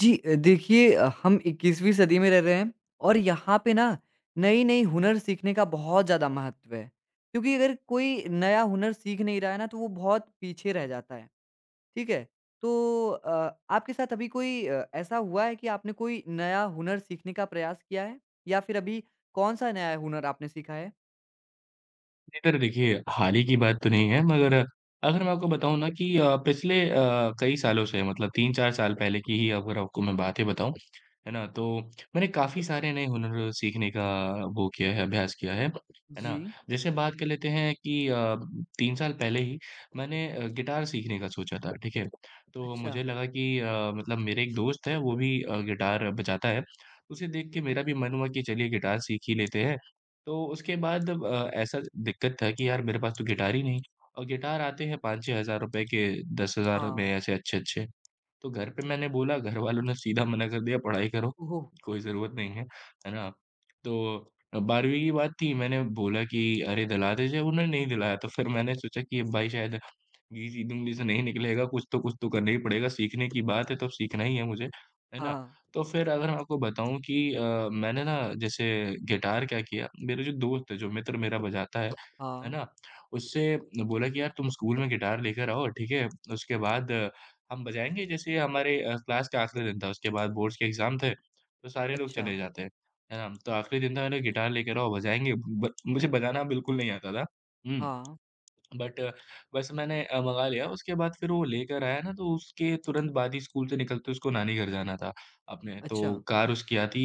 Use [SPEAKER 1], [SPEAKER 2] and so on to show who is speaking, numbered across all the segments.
[SPEAKER 1] जी, देखिए हम 21वीं सदी में रह रहे हैं और यहाँ पे ना नई-नई हुनर सीखने का बहुत ज़्यादा महत्व है। क्योंकि अगर कोई नया हुनर सीख नहीं रहा है ना तो वो बहुत पीछे रह जाता है, ठीक है? तो आपके साथ अभी कोई ऐसा हुआ है कि आपने कोई नया हुनर सीखने का प्रयास किया है? या फिर अभी कौन-सा नया हुनर आपने सीखा है?
[SPEAKER 2] नहीं तर देखिए, हाल ही की बात तो नहीं है मगर अगर मैं आपको बताऊँ ना कि पिछले कई सालों से मतलब 3-4 साल पहले की ही अगर आपको मैं बातें बताऊँ, है ना? तो मैंने काफ़ी सारे नए हुनर सीखने का वो किया है, अभ्यास किया है ना?
[SPEAKER 1] जी।
[SPEAKER 2] जैसे बात कर लेते हैं कि 3 साल पहले ही मैंने गिटार सीखने का सोचा था, ठीक है? तो
[SPEAKER 1] अच्छा।
[SPEAKER 2] मुझे लगा कि मतलब मेरे एक दोस्त है, वो भी गिटार बजाता है। उसे देख के मेरा भी मन हुआ कि चलिए गिटार सीख ही लेते हैं। तो उसके बाद ऐसा दिक्कत था कि यार मेरे पास तो गिटार ही नहीं और गिटार आते हैं 5-6 हज़ार रुपए के, 10 हज़ार में
[SPEAKER 1] हाँ।
[SPEAKER 2] ऐसे अच्छे-अच्छे। तो घर पे मैंने बोला, घर वालों ने सीधा मना कर दिया, "पढ़ाई करो,
[SPEAKER 1] ओह!
[SPEAKER 2] कोई ज़रूरत नहीं है।" है ना? तो 12वीं की बात थी, मैंने बोला कि, "अरे! दिला दीजिए।" उन्होंने नहीं दिलाया, तो फिर मैंने सोचा कि ये भाई शायद जी, जी, ज़िंदगी से नहीं निकलेगा, कुछ तो करना ही पड़ेगा, सीखने की बात है तो अब सीखना ही है मुझे, है ना?
[SPEAKER 1] हाँ।
[SPEAKER 2] तो फिर अगर मैं आपको बताऊँ कि मैंने ना जैसे गिटार क्या किया, मेरे जो दोस्त है, जो मित्र मेरा बजाता है
[SPEAKER 1] हाँ।
[SPEAKER 2] ना? उससे बोला कि यार तुम स्कूल में गिटार लेकर आओ, ठीक है? उसके बाद हम बजाएँगे जैसे हमारे क्लास का आखिरी दिन था, उसके बाद बोर्ड्स के एग्ज़ाम थे, तो सारे लोग
[SPEAKER 1] अच्छा।
[SPEAKER 2] चले जाते हैं, है ना? तो आखिरी दिन था मैंने गिटार लेकर आओ बजाएँगे, ब मुझे बजाना बिल्कुल नहीं आता था। हुँ।
[SPEAKER 1] हाँ।
[SPEAKER 2] बट अ, बस मैंने मँगा लिया, उसके बाद फिर वो लेकर आया ना तो उसके तुरंत बाद ही स्कूल से निकलते उसको नानी घर जाना था अपने,
[SPEAKER 1] अच्छा।
[SPEAKER 2] तो कार उसकी आती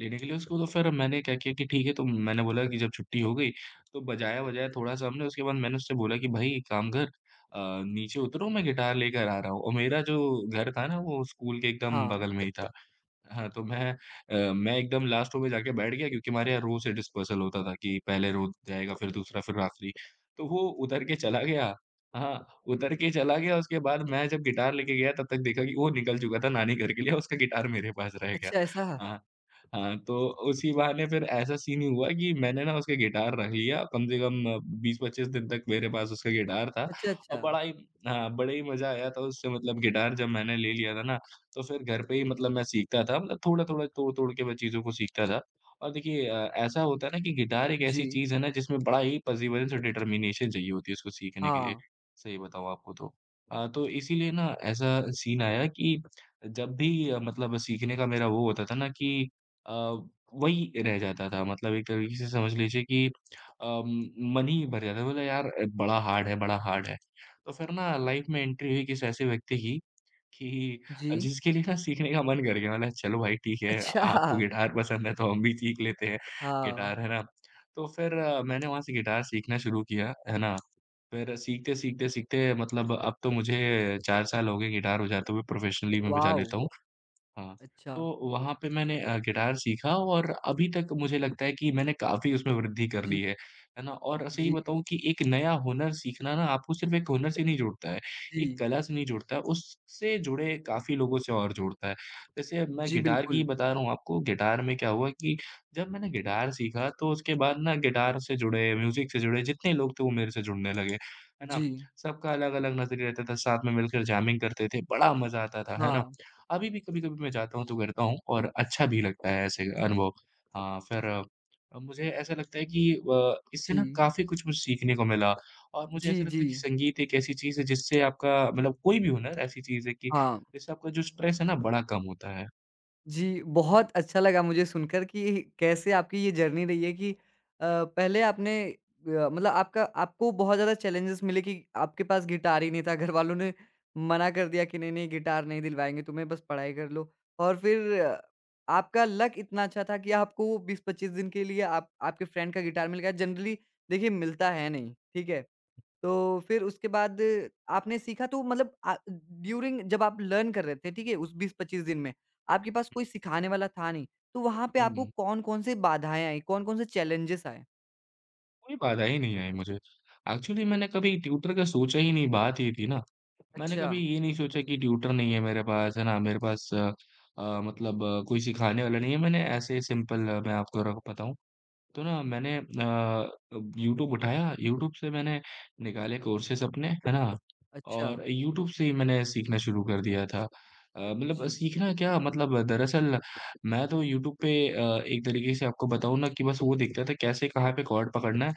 [SPEAKER 2] लेने के लिए उसको तो फिर मैंने क्या किया कि ठीक है, तो मैंने बोला कि जब छुट्टी हो गई तो बजाया-वजाया थोड़ा-सा हमने, उसके बाद मैंने उससे बोला कि भाई एक काम कर अ, नीचे उतरो मैं गिटार लेकर आ रहा हूँ और मेरा जो घर था ना वो स्कूल के एकदम
[SPEAKER 1] हाँ।
[SPEAKER 2] बगल में ही था, हाँ, तो मैं एकदम लास्ट रो में जाके बैठ गया क्योंकि हमारे यहाँ रो से डिस्पर्सल होता था कि पहले रो जाएगा, फिर दूसरा, फिर आखिरी। तो वो उतर के चला गया, हाँ, उतर के चला गया, उसके बाद मैं जब गिटार लेके गया तब तक देखा कि वो निकल चुका था नानी घर के लिए, उसका गिटार मेरे पास रह गया।
[SPEAKER 1] अच्छा ऐसा?
[SPEAKER 2] हाँ, हाँ, तो उसी बहाने फिर ऐसा सीन ही हुआ कि मैंने ना उसका गिटार रख लिया, कम से कम 20-25 दिन तक मेरे पास उसका गिटार था
[SPEAKER 1] अच्छा, अच्छा।
[SPEAKER 2] और बड़ा ही, हाँ, बड़ा ही मज़ा आया था उससे, मतलब गिटार जब मैंने ले लिया था ना, तो फिर घर पे ही मतलब मैं सीखता था, मतलब थोड़ा-थोड़ा, तोड़-तोड़ के मैं चीज़ों को सीखता था और देखिए ऐसा होता है ना कि गिटार एक
[SPEAKER 1] जी।
[SPEAKER 2] ऐसी चीज़ है ना जिसमें बड़ा ही पर्सेवरेंस और डिटर्मिनेशन चाहिए होती है उसको सीखने के लिए,
[SPEAKER 1] हाँ।
[SPEAKER 2] सही बताऊँ आपको तो। तो इसीलिए ना ऐसा सीन आया कि जब भी मतलब सीखने का मेरा वो होता था ना कि अ, वही रह जाता था मतलब एक तरीके से समझ लीजिए कि अम, मन ही भर जाता था, बोला यार बड़ा हार्ड है, बड़ा हार्ड है। तो फिर ना लाइफ में एंट्री हुई किसी ऐसे व्यक्ति की
[SPEAKER 1] जी।
[SPEAKER 2] कि जिसके लिए ना सीखने का मन कर गया, बोला चलो भाई ठीक है, आपको
[SPEAKER 1] अच्छा!
[SPEAKER 2] गिटार पसंद है तो हम भी सीख लेते हैं
[SPEAKER 1] हाँ।
[SPEAKER 2] गिटार, है ना? तो फिर मैंने वहाँ से गिटार सीखना शुरू किया, है ना? फिर सीखते, सीखते, सीखते मतलब अब तो मुझे 4 साल हो गए गिटार बजाते हुए, प्रोफ़ेशनली मैं बजा
[SPEAKER 1] वॉव!
[SPEAKER 2] लेता हूँ। हाँ,
[SPEAKER 1] अच्छा।
[SPEAKER 2] तो वहाँ पे मैंने गिटार सीखा और अभी तक मुझे लगता है कि मैंने काफ़ी उसमें वृद्धि कर
[SPEAKER 1] जी,
[SPEAKER 2] ली है ना? और सही
[SPEAKER 1] जी।
[SPEAKER 2] बताऊँ कि एक नया हुनर सीखना ना आपको सिर्फ़ एक हुनर से नहीं जोड़ता है, एक
[SPEAKER 1] जी,
[SPEAKER 2] कला से नहीं जोड़ता है, उससे जुड़े काफ़ी लोगों से और जोड़ता है। जैसे मैं
[SPEAKER 1] जी,
[SPEAKER 2] गिटार की
[SPEAKER 1] बिल्कुल।
[SPEAKER 2] बता रहा हूँ आपको, गिटार में क्या हुआ कि जब मैंने गिटार सीखा तो उसके बाद ना गिटार से जुड़े, म्यूज़िक से जुड़े जितने लोग थे वो मेरे से जुड़ने लगे, है ना?
[SPEAKER 1] जी।
[SPEAKER 2] सबका अलग-अलग नज़रिया रहता था, साथ में मिलकर जैमिंग करते थे, बड़ा मज़ा आता था, है ना?
[SPEAKER 1] हाँ।
[SPEAKER 2] अभी भी कभी-कभी मैं जाता हूँ तो करता हूँ और अच्छा भी लगता है ऐसे अनुभव। हाँ, फिर मुझे ऐसा लगता है कि इससे ना
[SPEAKER 1] जी,
[SPEAKER 2] काफ़ी कुछ मुझे सीखने को मिला और मुझे
[SPEAKER 1] जी।
[SPEAKER 2] ऐसा लगता
[SPEAKER 1] जी।
[SPEAKER 2] है कि संगीत एक ऐसी चीज़ है जिससे आपका मतलब कोई भी हुनर ऐसी चीज़ है कि
[SPEAKER 1] हाँ।
[SPEAKER 2] जिससे आपका जो स्ट्रेस है ना बड़ा कम होता है।
[SPEAKER 1] जी, बहुत अच्छा लगा मुझे सुनकर कि कैसे आपकी ये जर्नी रही है कि पहले आपने मतलब आपका आपको बहुत ज़्यादा चैलेंजेस मिले कि आपके पास गिटार ही नहीं था, घर वालों ने मना कर दिया कि नहीं, नहीं गिटार नहीं दिलवाएँगे तुम्हें, बस पढ़ाई कर लो। और फिर आपका लक इतना अच्छा था कि आपको 20-25 दिन के लिए आप आपके फ्रेंड का गिटार मिल गया। जनरली देखिए मिलता है नहीं, ठीक है? तो फिर उसके बाद आपने सीखा तो मतलब ड्यूरिंग जब आप लर्न कर रहे थे, ठीक है? उस 20-25 दिन में, आपके पास कोई सिखाने वाला था नहीं, तो वहाँ पे आपको
[SPEAKER 2] हुँ,
[SPEAKER 1] कौन-कौन से बाधाएँ आई, कौन-कौन से चैलेंजेस आए?
[SPEAKER 2] कोई बाधा ही नहीं आई मुझे। एक्चुअली मैंने कभी ट्यूटर का सोचा ही नहीं, बात ये थी ना। मैंने
[SPEAKER 1] अच्छा,
[SPEAKER 2] कभी ये नहीं सोचा कि ट्यूटर नहीं है मेरे पास, है ना? मेरे पास कोई सिखाने वाला नहीं है। मैंने ऐसे सिंपल मैं आपको र बताऊँ तो ना मैंने यूट्यूब उठाया, यूट्यूब से मैंने निकाले कोर्सेज़ अपने, है ना?
[SPEAKER 1] अच्छा।
[SPEAKER 2] और यूट्यूब से ही मैंने सीखना शुरू कर दिया था। मतलब
[SPEAKER 1] जी।
[SPEAKER 2] सीखना क्या मतलब दरअसल मैं तो यूट्यूब पे एक तरीके से आपको बताऊँ ना कि बस वो देखता था कैसे कहाँ पे कॉर्ड पकड़ना है।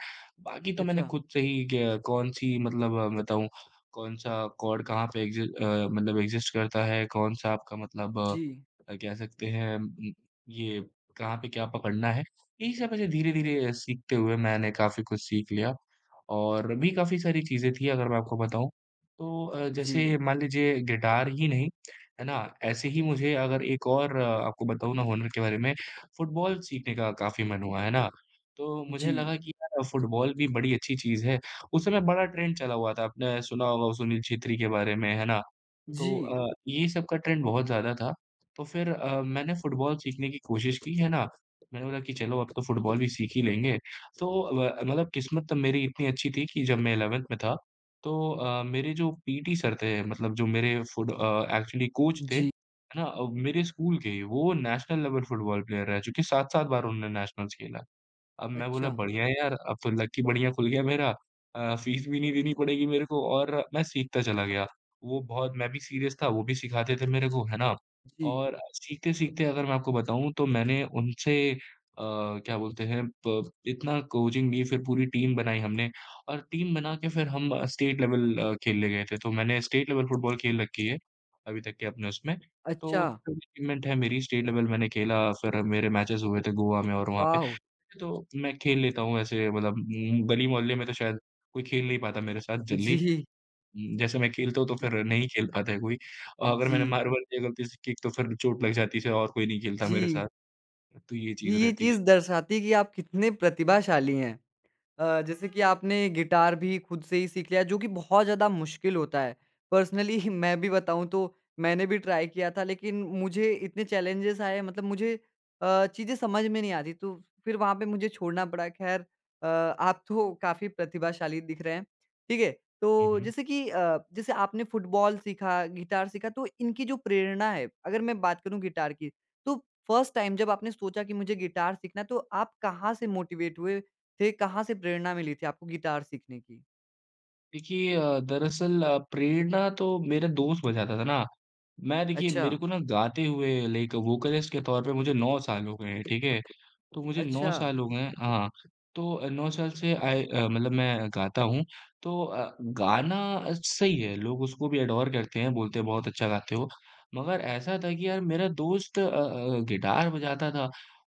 [SPEAKER 2] बाकी तो मैंने
[SPEAKER 1] अच्छा।
[SPEAKER 2] खुद से ही क्या कौन-सी मतलब बताऊँ कौन-सा कॉर्ड कहाँ पे मतलब एग्ज़िस्ट करता है, कौन-सा आपका मतलब
[SPEAKER 1] जी,
[SPEAKER 2] कह सकते हैं ये कहाँ पे क्या पकड़ना है। यही सब ऐसे धीरे-धीरे सीखते हुए मैंने काफ़ी कुछ सीख लिया और भी काफ़ी सारी चीज़ें थी अगर मैं आपको बताऊँ। तो जैसे
[SPEAKER 1] जी,
[SPEAKER 2] मान लीजिए गिटार ही नहीं, है ना? ऐसे ही मुझे अगर एक और आपको बताऊँ ना हुनर के बारे में, फुटबॉल सीखने का काफ़ी मन हुआ, है ना? तो मुझे
[SPEAKER 1] जी,
[SPEAKER 2] लगा कि यार फुटबॉल भी बड़ी अच्छी चीज़ है। उस समय बड़ा ट्रेंड चला हुआ था, आपने सुना होगा सुनील छेत्री के बारे में, है ना? तो
[SPEAKER 1] जी,
[SPEAKER 2] ये सब का ट्रेंड बहुत ज़्यादा था, तो फिर मैंने फुटबॉल सीखने की कोशिश की, है ना? मैंने बोला कि चलो अब तो फुटबॉल भी सीख ही लेंगे। तो व मतलब किस्मत तब मेरी इतनी अच्छी थी कि जब मैं 11th में था, तो मेरे जो पीटी सर थे, मतलब जो मेरे एक्चुअली कोच थे,
[SPEAKER 1] जी।
[SPEAKER 2] है ना? मेरे स्कूल के ही, वो नेशनल लेवल फुटबॉल प्लेयर रह चुके, 7-7 बार उन्होंने नेशनल्स खेला। अब मैं बोला
[SPEAKER 1] अच्छा।
[SPEAKER 2] बढ़िया है यार, अब तो लकी बढ़िया खुल गया मेरा, फ़ीस भी नहीं देनी पड़ेगी मेरे को और मैं सीखता चला गया। वो बहुत मैं भी सीरियस था, वो भी सिखाते थे मेरे को, है ना?
[SPEAKER 1] जी।
[SPEAKER 2] और सीखते-सीखते अगर मैं आपको बताऊँ तो मैंने उनसे क्या बोलते हैं प इतना कोचिंग ली फिर पूरी टीम बनाई हमने और टीम बना के फिर हम स्टेट लेवल खेलने गए थे। तो मैंने स्टेट लेवल फुटबॉल खेल रखी है, अभी तक के अपने उसमें। तो
[SPEAKER 1] अच्छा।
[SPEAKER 2] उसमें अचीवमेंट है मेरी स्टेट लेवल मैंने खेला, फिर मेरे मैचेज़ हुए थे गोवा में और वहाँ
[SPEAKER 1] वॉव!
[SPEAKER 2] तो मैं खेल लेता हूँ ऐसे मतलब गली मोहल्ले में तो शायद कोई खेल नहीं पाता मेरे साथ जल्दी।
[SPEAKER 1] जी,
[SPEAKER 2] जैसे मैं खेलता हूँ तो फिर
[SPEAKER 1] जी,
[SPEAKER 2] नहीं खेल पाता है कोई। और अगर मैंने
[SPEAKER 1] जी,
[SPEAKER 2] मार्बल लिया गलती से किक तो फिर चोट लग जाती है और कोई नहीं खेलता मेरे साथ।
[SPEAKER 1] जी।
[SPEAKER 2] तो ये चीज़
[SPEAKER 1] ये
[SPEAKER 2] रहती
[SPEAKER 1] चीज़
[SPEAKER 2] है।
[SPEAKER 1] दर्शाती है कि आप कितने प्रतिभाशाली हैं। जैसे कि आपने गिटार भी खुद से ही सीख लिया जो कि बहुत ज़्यादा मुश्किल होता है। पर्सनली मैं भी बताऊँ तो मैंने भी ट्राई किया था लेकिन मुझे इतने चैलेंजेस आए मतलब मुझे चीज़ें समझ में नहीं आती तो फिर वहाँ पे मुझे छोड़ना पड़ा। ख़ैर आप तो काफ़ी प्रतिभाशाली दिख रहे हैं। ठीक है? तो
[SPEAKER 2] हुँ, हुँ।
[SPEAKER 1] जैसे कि जैसे आपने फुटबॉल सीखा, गिटार सीखा तो इनकी जो प्रेरणा है अगर मैं बात करूँ गिटार की, तो फर्स्ट टाइम जब आपने सोचा कि मुझे गिटार सीखना है तो आप कहाँ से मोटिवेट हुए? फिर कहाँ से प्रेरणा मिली थी आपको गिटार सीखने की?
[SPEAKER 2] देखिए दरअसल प्रेरणा तो मेरा दोस्त बजाता था ना मैं देखिए
[SPEAKER 1] अच्छा,
[SPEAKER 2] मेरे को ना गाते हुए लाइक वोकलिस्ट के तौर पे मुझे 9 साल हो गए हैं, ठीक है? तो मुझे 9
[SPEAKER 1] अच्छा।
[SPEAKER 2] साल हो गए हैं हाँ। तो 9 साल से आए मतलब मैं गाता हूँ। तो गाना सही है, लोग उसको भी एडोर करते हैं, बोलते हैं बहुत अच्छा गाते हो। मगर ऐसा था कि यार मेरा दोस्त गिटार बजाता था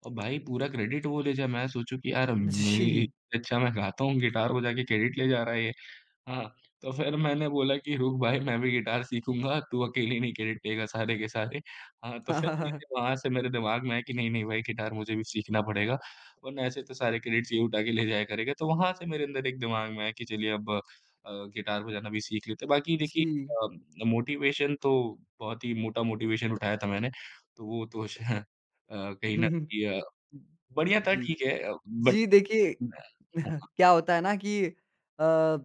[SPEAKER 2] और भाई पूरा क्रेडिट वो ले जाए। मैं सोचूँ कि यार मेरी
[SPEAKER 1] जी।
[SPEAKER 2] अच्छा मैं गाता हूँ, गिटार बजा के क्रेडिट ले जा रहा है ये। हाँ, तो फिर मैंने बोला कि रुक भाई मैं भी गिटार सीखूँगा, तू अकेले नहीं खेलेगा सारे के सारे। हाँ, तो फिर मैंने वहाँ से मेरे दिमाग में आया कि नहीं, नहीं भाई गिटार मुझे भी सीखना पड़ेगा, वरना ऐसे तो सारे क्रेडिट्स ये उठा के ले जाया करेगा। तो वहाँ से मेरे अंदर एक दिमाग में आया कि चलिए अब गिटार बजाना भी सीख लेते हैं। बाकी देखिए
[SPEAKER 1] जी।
[SPEAKER 2] मोटिवेशन तो बहुत ही मोटा मोटिवेशन उठाया था मैंने, तो वो तो कहीं न कहीं बढ़िया था
[SPEAKER 1] जी।
[SPEAKER 2] ठीक है बट
[SPEAKER 1] जी, देखिए।
[SPEAKER 2] हाँ, हाँ।
[SPEAKER 1] क्या होता है ना कि अ,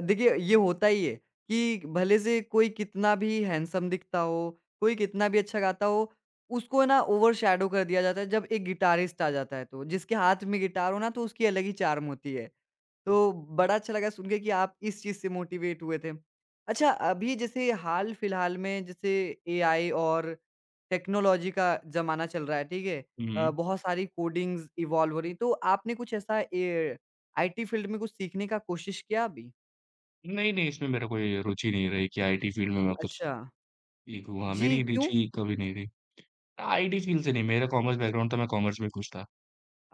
[SPEAKER 1] देखिए ये होता ही है कि भले से कोई कितना भी हैंडसम दिखता हो, कोई कितना भी अच्छा गाता हो, उसको ना ओवरशैडो कर दिया जाता है जब एक गिटारिस्ट आ जाता है तो। जिसके हाथ में गिटार हो ना तो उसकी अलग ही चार्म होती है। तो बड़ा अच्छा लगा सुन के कि आप इस चीज़ से मोटिवेट हुए थे। अच्छा, अभी जैसे हाल-फिलहाल में जैसे एआई और टेक्नोलॉजी का ज़माना चल रहा है, ठीक है?
[SPEAKER 2] हुँ, हुँ।
[SPEAKER 1] बहुत सारी कोडिंग्स इवॉल्व हो रही हैं, तो आपने कुछ ऐसा ए आईटी फील्ड में कुछ सीखने का कोशिश किया अभी?
[SPEAKER 2] नहीं, नहीं, इसमें मेरा कोई रुचि नहीं रही कि आईटी फ़ील्ड में मैं कुछ
[SPEAKER 1] अच्छा।
[SPEAKER 2] सीखूँ, हाँ,
[SPEAKER 1] जी,
[SPEAKER 2] मेरी
[SPEAKER 1] क्यों?
[SPEAKER 2] रुचि कभी नहीं रही। आईटी फ़ील्ड से नहीं, मेरा कॉमर्स बैकग्राउंड था, मैं कॉमर्स में खुश था।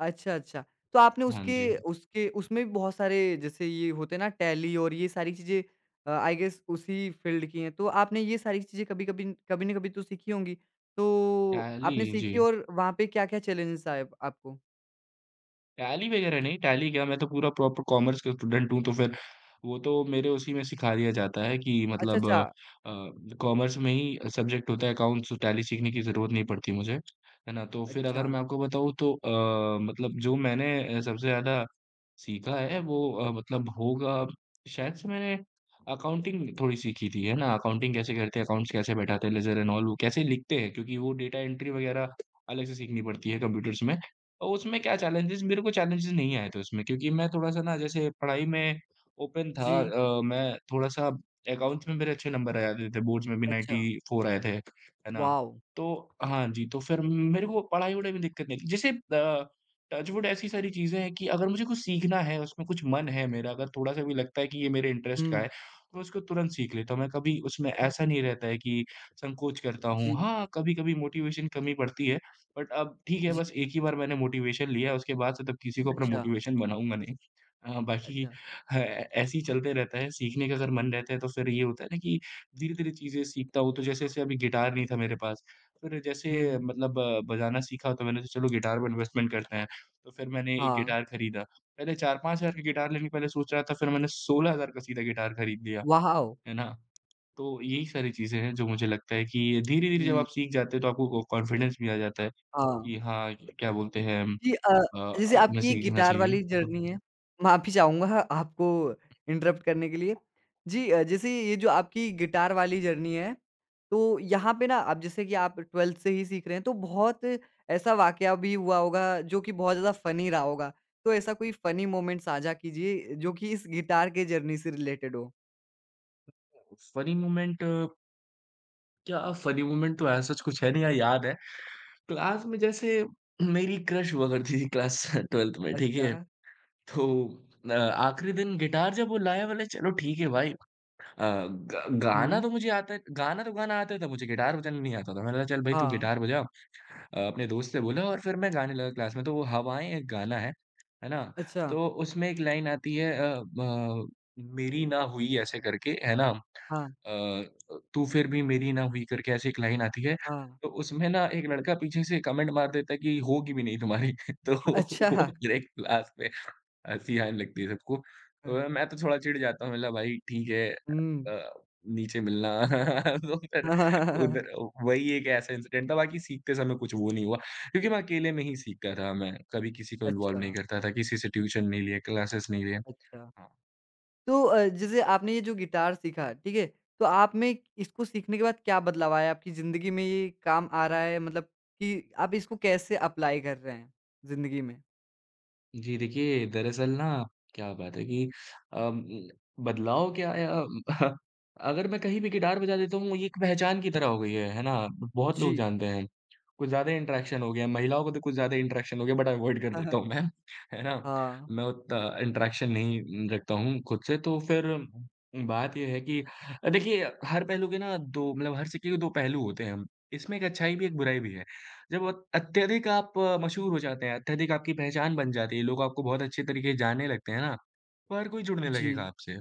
[SPEAKER 1] अच्छा, अच्छा। तो आपने
[SPEAKER 2] हाँ
[SPEAKER 1] उसके उसके उसमें भी बहुत सारे जैसे ये होते हैं ना टैली और ये सारी चीज़ें आई गेस उसी फ़ील्ड की हैं। तो आपने ये सारी चीज़ें कभी-कभी कभी न कभी तो सीखी होंगी। तो
[SPEAKER 2] टैली
[SPEAKER 1] आपने
[SPEAKER 2] जी।
[SPEAKER 1] सीखी और वहाँ पे क्या-क्या चैलेंजेस आए आपको?
[SPEAKER 2] टैली वगैरह नहीं, टैली क्या मैं तो पूरा प्रॉपर कॉमर्स का स्टूडेंट हूँ, तो फिर वो तो मेरे उसी में सिखा दिया जाता है कि
[SPEAKER 1] अच्छा,
[SPEAKER 2] मतलब
[SPEAKER 1] अच्छा।
[SPEAKER 2] कॉमर्स में ही सब्जेक्ट होता है अकाउंट्स, तो टैली सीखने की ज़रूरत नहीं पड़ती मुझे, है ना? तो फिर
[SPEAKER 1] अच्छा।
[SPEAKER 2] अगर मैं आपको बताऊँ तो मतलब जो मैंने सबसे ज़्यादा सीखा है वो मतलब होगा शायद से मैंने अकाउंटिंग थोड़ी सीखी थी, है ना? अकाउंटिंग कैसे करते हैं, अकाउंट्स कैसे बैठाते हैं, लेजर एंड ऑल, वो कैसे लिखते हैं क्योंकि वो डेटा एंट्री वगैरह अलग से सीखनी पड़ती है कंप्यूटर्स में। तो उसमें क्या चैलेंजेस मेरे को चैलेंजेस नहीं आए थे उसमें क्योंकि मैं थोड़ा-सा ना जैसे पढ़ाई में ओपन था
[SPEAKER 1] जी।
[SPEAKER 2] मैं थोड़ा-सा अकाउंट्स में मेरे अच्छे नंबर आ जाते थे, बोर्ड्स में भी
[SPEAKER 1] अच्छा।
[SPEAKER 2] 94 आए थे, है ना?
[SPEAKER 1] वॉव!
[SPEAKER 2] तो हाँ जी, तो फिर मेरे को पढ़ाई-वढ़ाई में दिक्कत नहीं थी। जैसे टचवुड ऐसी सारी चीज़ें हैं कि अगर मुझे कुछ सीखना है, उसमें कुछ मन है मेरा, अगर थोड़ा-सा भी लगता है कि ये मेरे
[SPEAKER 1] हुँ।
[SPEAKER 2] इंटरेस्ट का है, तो मैं उसको तुरंत सीख लेता हूँ। मैं कभी उसमें ऐसा नहीं रहता है कि संकोच करता हूँ।
[SPEAKER 1] जी,
[SPEAKER 2] हाँ, कभी-कभी मोटिवेशन कमी पड़ती है। बट अब ठीक है बस
[SPEAKER 1] जी।
[SPEAKER 2] एक ही बार मैंने मोटिवेशन लिया है, उसके बाद से तब किसी को अपना
[SPEAKER 1] अच्छा,
[SPEAKER 2] मोटिवेशन बनाऊँगा नहीं। बाकी
[SPEAKER 1] अच्छा।
[SPEAKER 2] ह ऐसे ही चलते रहता है, सीखने का अगर मन रहता है तो फिर ये होता है ना कि धीरे-धीरे चीज़ें सीखता हूँ, तो जैसे-जैसे अभी गिटार नहीं था मेरे पास, फिर जैसे
[SPEAKER 1] हुँ।
[SPEAKER 2] मतलब बजाना सीखा तो मैंने सोचा चलो गिटार में इन्वेस्टमेंट करते हैं, तो फिर मैंने एक
[SPEAKER 1] हाँ।
[SPEAKER 2] गिटार खरीदा। पहले 4-5 हज़ार का गिटार लेने पहले सोच रहा था फिर मैंने 16,000 का सीधा गिटार खरीद लिया,
[SPEAKER 1] वॉव!
[SPEAKER 2] है ना? तो यही सारी चीज़ें हैं जो मुझे लगता है कि धीरे-धीरे जब
[SPEAKER 1] जी।
[SPEAKER 2] आप सीख जाते हो तो आपको कॉन्फिडेंस भी आ जाता है।
[SPEAKER 1] हाँ।
[SPEAKER 2] कि हाँ, क्या बोलते हैं
[SPEAKER 1] जी,
[SPEAKER 2] अ,
[SPEAKER 1] जैसे
[SPEAKER 2] हमें
[SPEAKER 1] आपकी ये
[SPEAKER 2] सीखना
[SPEAKER 1] गिटार
[SPEAKER 2] चाहिए।
[SPEAKER 1] वाली जर्नी है, माफ़ी चाहूँगा आपको इंटरप्ट करने के लिए। जी, जैसे ये जो आपकी गिटार वाली जर्नी है, तो यहाँ पे ना आप जैसे कि आप 12th से ही सीख रहे हैं, तो बहुत ऐसा वाक़या भी हुआ होगा जो कि बहुत ज़्यादा फ़नी रहा होगा। तो ऐसा कोई फ़नी मोमेंट साझा कीजिए जो कि इस गिटार के जर्नी से रिलेटेड हो?
[SPEAKER 2] फ़नी मोमेंट क्या फ़नी मोमेंट तो ऐसा सच कुछ है नहीं, हाँ, याद है। क्लास में जैसे मेरी क्रश हुआ करती थी क्लास 12th में, ठीक
[SPEAKER 1] अच्छा।
[SPEAKER 2] है? तो आखिरी दिन गिटार जब वो लाया बोले चलो ठीक है भाई ग गाना
[SPEAKER 1] हुँ।
[SPEAKER 2] तो मुझे आता है गाना तो गाना आता था मुझे गिटार बजाना नहीं आता था। मैंने बोला चल भाई तू
[SPEAKER 1] हाँ।
[SPEAKER 2] गिटार बजा अपने दोस्त से बोला और फिर मैं गाने लगा क्लास में। तो वो हवाएं एक गाना है ना?
[SPEAKER 1] अच्छा।
[SPEAKER 2] तो उसमें एक लाइन आती है ब मेरी ना हुई ऐसे करके, है ना?
[SPEAKER 1] हाँ,
[SPEAKER 2] अ, तू फिर भी मेरी ना हुई करके ऐसे एक लाइन आती है।
[SPEAKER 1] हाँ।
[SPEAKER 2] तो उसमें ना एक लड़का पीछे से कमेंट मार देता है कि होगी भी नहीं तुम्हारी। तो
[SPEAKER 1] अच्छा।
[SPEAKER 2] वो मेरे क्लास में हँसी आने लगती है सबको। मैं तो थोड़ा चिढ़ जाता हूँ मतलब भाई ठीक है
[SPEAKER 1] हुँ।
[SPEAKER 2] अ, नीचे मिलना तो फिर उधर वही एक ऐसा इंसिडेंट था बाकी सीखते समय कुछ वो नहीं हुआ। क्योंकि मैं अकेले में ही सीखता था मैं, कभी किसी को इन्वॉल्व
[SPEAKER 1] अच्छा।
[SPEAKER 2] नहीं करता था, किसी से ट्यूशन नहीं लिए, क्लासेस नहीं लिए।
[SPEAKER 1] अच्छा।
[SPEAKER 2] हाँ।
[SPEAKER 1] तो जैसे आपने ये जो गिटार सीखा, ठीक है? तो आप में इसको सीखने के बाद क्या बदलाव आया? आपकी ज़िंदगी में ये काम आ रहा है मतलब कि आप इसको कैसे अप्लाई कर रहे हैं ज़िंदगी में?
[SPEAKER 2] जी, देखिए दरअसल ना क्या बात है कि अम, बदलाव क्या आया अगर मैं कहीं भी गिटार बजा देता हूँ, ये एक पहचान की तरह हो गई है ना? बहुत
[SPEAKER 1] जी।
[SPEAKER 2] लोग जानते हैं। कुछ ज़्यादा इंटरैक्शन हो गया, महिलाओं को तो कुछ ज़्यादा इंटरैक्शन हो गया बट अवॉइड कर देता हूँ मैं, है ना?
[SPEAKER 1] हाँ।
[SPEAKER 2] मैं उतना इंटरैक्शन नहीं रखता हूँ खुद से तो फिर बात ये है कि देखिए हर पहलू के ना 2 मतलब हर सिक्के के 2 पहलू होते हैं। इसमें एक अच्छाई भी, एक बुराई भी है। जब अत अत्यधिक आप मशहूर हो जाते हैं, अत्यधिक आपकी पहचान बन जाती है, लोग आपको बहुत अच्छे तरीके से जानने लगते हैं ना, तो हर कोई जुड़ने लगेगा
[SPEAKER 1] जी,
[SPEAKER 2] आपसे।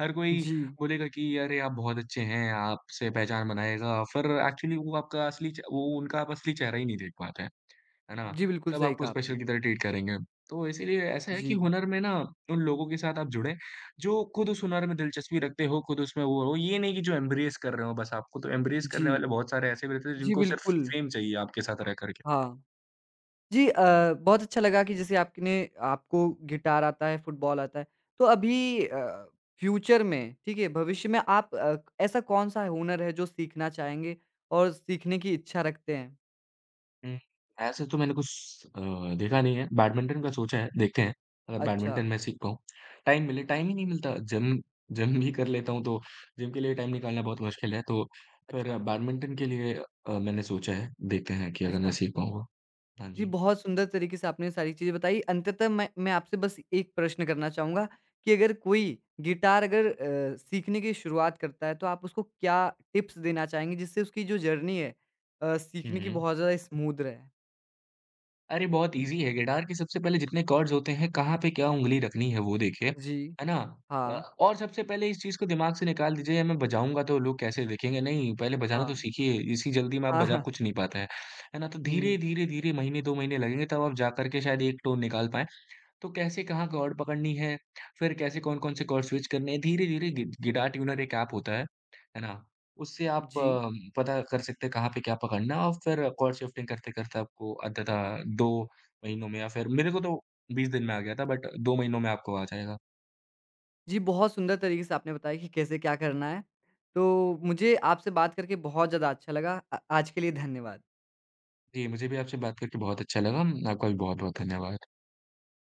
[SPEAKER 2] हर कोई
[SPEAKER 1] जी।
[SPEAKER 2] बोलेगा कि अरे आप बहुत अच्छे हैं, आपसे पहचान बनाएगा, फिर एक्चुअली वो आपका असली च वो उनका आप असली चेहरा ही नहीं देख पाते हैं, है ना?
[SPEAKER 1] जी, बिल्कुल
[SPEAKER 2] सब
[SPEAKER 1] सही
[SPEAKER 2] आपको
[SPEAKER 1] कहा
[SPEAKER 2] स्पेशल
[SPEAKER 1] आपने।
[SPEAKER 2] की तरह ट्रीट करेंगे। तो इसीलिए ऐसा है कि
[SPEAKER 1] जी,
[SPEAKER 2] हुनर में ना उन लोगों के साथ आप जुड़ें, जो खुद उस हुनर में दिलचस्पी रखते हो, खुद उसमें वो हो, ये नहीं कि जो एम्ब्रेस कर रहे हो बस आपको, तो एम्ब्रेस
[SPEAKER 1] जी।
[SPEAKER 2] करने वाले बहुत सारे ऐसे भी रहते हैं
[SPEAKER 1] जी,
[SPEAKER 2] जिनको सिर्फ
[SPEAKER 1] बिल्कुल।
[SPEAKER 2] फेम चाहिए आपके साथ रह कर के।
[SPEAKER 1] हाँ। जी,
[SPEAKER 2] हुँ।
[SPEAKER 1] बहुत अच्छा लगा कि जैसे आपने आपको गिटार आता है, फुटबॉल आता है। तो अभी फ्यूचर में ठीक है, भविष्य में आप ऐसा कौन-सा हुनर है जो सीखना चाहेंगे और सीखने की इच्छा रखते हैं?
[SPEAKER 2] हुँ, ऐसे तो मैंने कुछ देखा नहीं है, बैडमिंटन का सोचा है, देखते हैं, अगर
[SPEAKER 1] अच्छा,
[SPEAKER 2] बैडमिंटन मैं सीख पाऊँ। टाइम मिले टाइम ही नहीं मिलता, जिम जिम भी कर लेता हूँ, तो जिम के लिए टाइम निकालना बहुत मुश्किल है, तो
[SPEAKER 1] अच्छा,
[SPEAKER 2] फिर बैडमिंटन के लिए मैंने सोचा है, देखते हैं कि अगर मैं
[SPEAKER 1] अच्छा।
[SPEAKER 2] सीख पाऊँगा। हाँ
[SPEAKER 1] जी,
[SPEAKER 2] जी।
[SPEAKER 1] बहुत सुंदर तरीके से आपने सारी चीज़ें बताई। अंततः मैं आपसे बस एक प्रश्न करना चाहूँगा कि अगर कोई गिटार अगर सीखने की शुरुआत करता है, तो आप उसको क्या टिप्स देना चाहेंगे जिससे उसकी जो जर्नी है
[SPEAKER 2] हुँ,
[SPEAKER 1] सीखने की
[SPEAKER 2] हुँ।
[SPEAKER 1] बहुत ज़्यादा स्मूथ रहे?
[SPEAKER 2] अरे बहुत ईज़ी है गिटार के सबसे पहले जितने कॉर्ड्स होते हैं, कहाँ पे क्या ऊँगली रखनी है वो देखिए,
[SPEAKER 1] जी।
[SPEAKER 2] है ना? अ,
[SPEAKER 1] हाँ,
[SPEAKER 2] और सबसे पहले इस चीज़ को दिमाग से निकाल दीजिए मैं बजाऊँगा तो लोग कैसे देखेंगे? नहीं, पहले बजाना तो
[SPEAKER 1] हाँ।
[SPEAKER 2] सीखिए, इसी जल्दी में आप
[SPEAKER 1] हाँ,
[SPEAKER 2] बजा
[SPEAKER 1] हाँ।
[SPEAKER 2] कुछ नहीं पाते हैं, है ना? तो
[SPEAKER 1] हुँ,
[SPEAKER 2] धीरे महीने 2 महीने लगेंगे तब आप जा कर के शायद 1 टोन निकाल पाएँ। तो कैसे कहाँ कॉर्ड पकड़नी है, फिर कैसे कौन-कौन से कॉर्ड स्विच करने हैं, धीरे-धीरे गि गिटार ट्यूनर एक ऐप होता है ना? उससे आप
[SPEAKER 1] जी।
[SPEAKER 2] पता कर सकते हैं कहाँ पे क्या पकड़ना है और फिर कॉर्ड शिफ्टिंग करते-करते आपको अंततः 2 महीनों में या फिर मेरे को तो 20 दिन में आ गया था बट 2 महीनों में आपको आ जाएगा।
[SPEAKER 1] जी, बहुत सुंदर तरीके से आपने बताया कि कैसे क्या करना है। तो मुझे आपसे बात करके बहुत ज़्यादा अच्छा लगा। आज के लिए धन्यवाद।
[SPEAKER 2] जी, मुझे भी आपसे बात करके बहुत अच्छा लगा। आपका भी बहुत-बहुत धन्यवाद।